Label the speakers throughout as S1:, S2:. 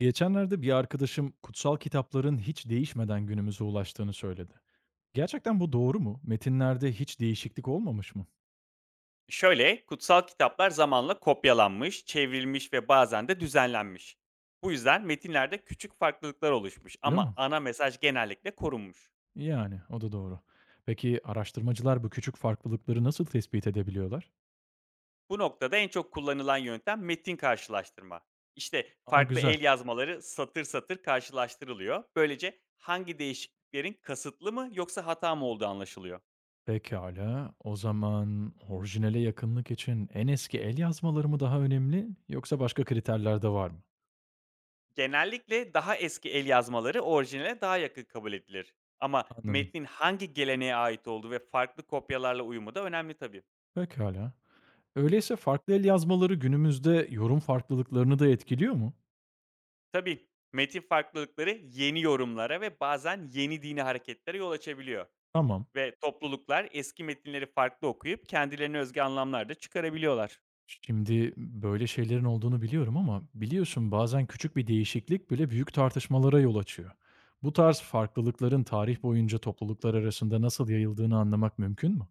S1: Geçenlerde bir arkadaşım kutsal kitapların hiç değişmeden günümüze ulaştığını söyledi. Gerçekten bu doğru mu? Metinlerde hiç değişiklik olmamış mı?
S2: Şöyle, kutsal kitaplar zamanla kopyalanmış, çevrilmiş ve bazen de düzenlenmiş. Bu yüzden metinlerde küçük farklılıklar oluşmuş
S1: Öyle
S2: ama
S1: mi?
S2: ana mesaj genellikle korunmuş.
S1: Yani o da doğru. Peki araştırmacılar bu küçük farklılıkları nasıl tespit edebiliyorlar?
S2: Bu noktada en çok kullanılan yöntem metin karşılaştırma. İşte
S1: Aa
S2: farklı
S1: güzel.
S2: el yazmaları satır satır karşılaştırılıyor. Böylece hangi değişikliklerin kasıtlı mı yoksa hata mı olduğu anlaşılıyor.
S1: Pekala. O zaman orijinale yakınlık için en eski el yazmaları mı daha önemli yoksa başka kriterler de var mı?
S2: Genellikle daha eski el yazmaları orijinale daha yakın kabul edilir. Ama
S1: Anladım.
S2: metnin hangi geleneğe ait olduğu ve farklı kopyalarla uyumu da önemli tabii.
S1: Pekala. Öyleyse farklı el yazmaları günümüzde yorum farklılıklarını da etkiliyor mu?
S2: Tabii, metin farklılıkları yeni yorumlara ve bazen yeni dini hareketlere yol açabiliyor
S1: Tamam.
S2: ve topluluklar eski metinleri farklı okuyup kendilerine özgü anlamlar da çıkarabiliyorlar.
S1: Şimdi böyle şeylerin olduğunu biliyorum ama biliyorsun bazen küçük bir değişiklik bile büyük tartışmalara yol açıyor. Bu tarz farklılıkların tarih boyunca topluluklar arasında nasıl yayıldığını anlamak mümkün mü?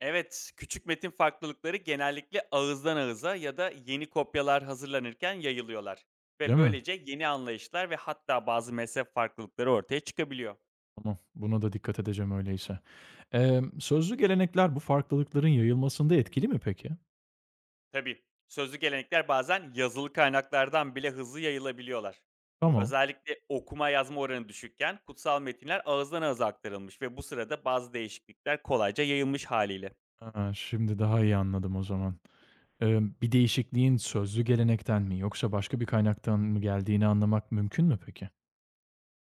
S2: Evet, küçük metin farklılıkları genellikle ağızdan ağıza ya da yeni kopyalar hazırlanırken yayılıyorlar ve
S1: Değil mi?
S2: böylece yeni anlayışlar ve hatta bazı mezhep farklılıkları ortaya çıkabiliyor.
S1: Tamam, buna da dikkat edeceğim öyleyse. Sözlü gelenekler bu farklılıkların yayılmasında etkili mi peki?
S2: Tabii. Sözlü gelenekler bazen yazılı kaynaklardan bile hızlı yayılabiliyorlar.
S1: Tamam.
S2: Özellikle okuma yazma oranı düşükken kutsal metinler ağızdan ağıza aktarılmış ve bu sırada bazı değişiklikler kolayca yayılmış haliyle.
S1: Ha, şimdi daha iyi anladım o zaman. Bir değişikliğin sözlü gelenekten mi yoksa başka bir kaynaktan mı geldiğini anlamak mümkün mü peki?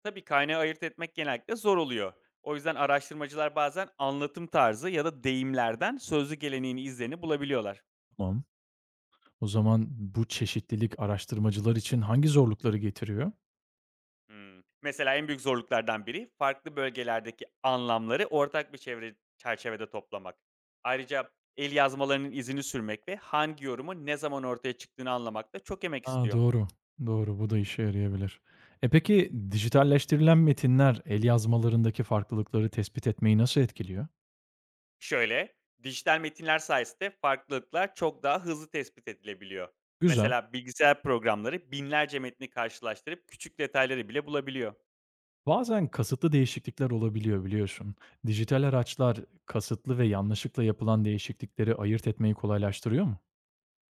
S2: Tabii, kaynağı ayırt etmek genellikle zor oluyor. O yüzden araştırmacılar bazen anlatım tarzı ya da deyimlerden sözlü geleneğin izlerini bulabiliyorlar.
S1: Tamam. O zaman bu çeşitlilik araştırmacılar için hangi zorlukları getiriyor?
S2: Hımm. Mesela en büyük zorluklardan biri farklı bölgelerdeki anlamları ortak bir çerçevede toplamak. Ayrıca el yazmalarının izini sürmek ve hangi yorumun ne zaman ortaya çıktığını anlamak da çok emek
S1: A,
S2: istiyor.
S1: doğru. Doğru, bu da işe yarayabilir. Peki dijitalleştirilen metinler el yazmalarındaki farklılıkları tespit etmeyi nasıl etkiliyor?
S2: Şöyle, dijital metinler sayesinde farklılıklar çok daha hızlı tespit edilebiliyor.
S1: Güzel.
S2: Mesela bilgisayar programları binlerce metni karşılaştırıp küçük detayları bile bulabiliyor.
S1: Bazen kasıtlı değişiklikler olabiliyor biliyorsun. Dijital araçlar kasıtlı ve yanlışlıkla yapılan değişiklikleri ayırt etmeyi kolaylaştırıyor mu?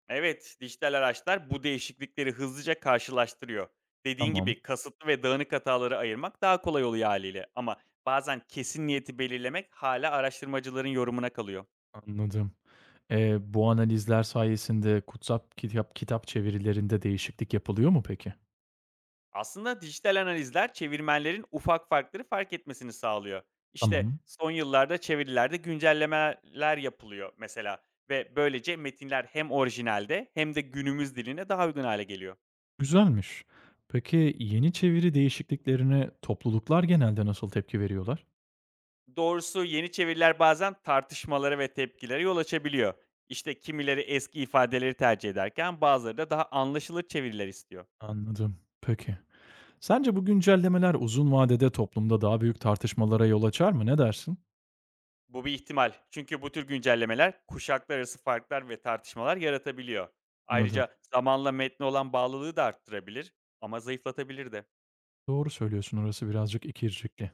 S2: Evet, dijital araçlar bu değişiklikleri hızlıca karşılaştırıyor. Dediğin
S1: Tamam,
S2: gibi kasıtlı ve dağınık hataları ayırmak daha kolay oluyor haliyle ama bazen kesin niyeti belirlemek hala araştırmacıların yorumuna kalıyor.
S1: anladım. Bu analizler sayesinde kutsal kitap çevirilerinde değişiklik yapılıyor mu peki?
S2: Aslında dijital analizler çevirmenlerin ufak farkları fark etmesini sağlıyor. İşte
S1: Tamam.
S2: son yıllarda çevirilerde güncellemeler yapılıyor mesela ve böylece metinler hem orijinalde hem de günümüz diline daha uygun hale geliyor.
S1: Güzelmiş. Peki yeni çeviri değişikliklerine topluluklar genelde nasıl tepki veriyorlar?
S2: Doğrusu yeni çeviriler bazen tartışmalara ve tepkilere yol açabiliyor. İşte kimileri eski ifadeleri tercih ederken bazıları da daha anlaşılır çeviriler istiyor.
S1: Anladım. Peki. Sence bu güncellemeler uzun vadede toplumda daha büyük tartışmalara yol açar mı? Ne dersin?
S2: Bu bir ihtimal. Çünkü bu tür güncellemeler kuşaklar arası farklar ve tartışmalar yaratabiliyor.
S1: Anladım.
S2: Ayrıca zamanla metne olan bağlılığı da arttırabilir ama zayıflatabilir de.
S1: Doğru söylüyorsun. Orası birazcık ikircikli.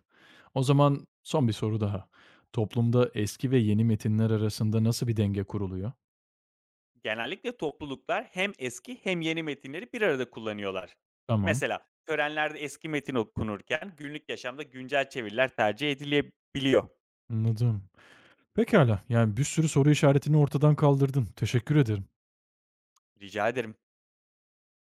S1: O zaman son bir soru daha. Toplumda eski ve yeni metinler arasında nasıl bir denge kuruluyor?
S2: Genellikle topluluklar hem eski hem yeni metinleri bir arada kullanıyorlar.
S1: Tamam.
S2: Mesela törenlerde eski metin okunurken günlük yaşamda güncel çeviriler tercih edilebiliyor.
S1: Anladım. Pekala. Yani bir sürü soru işaretini ortadan kaldırdın. Teşekkür ederim.
S2: Rica ederim.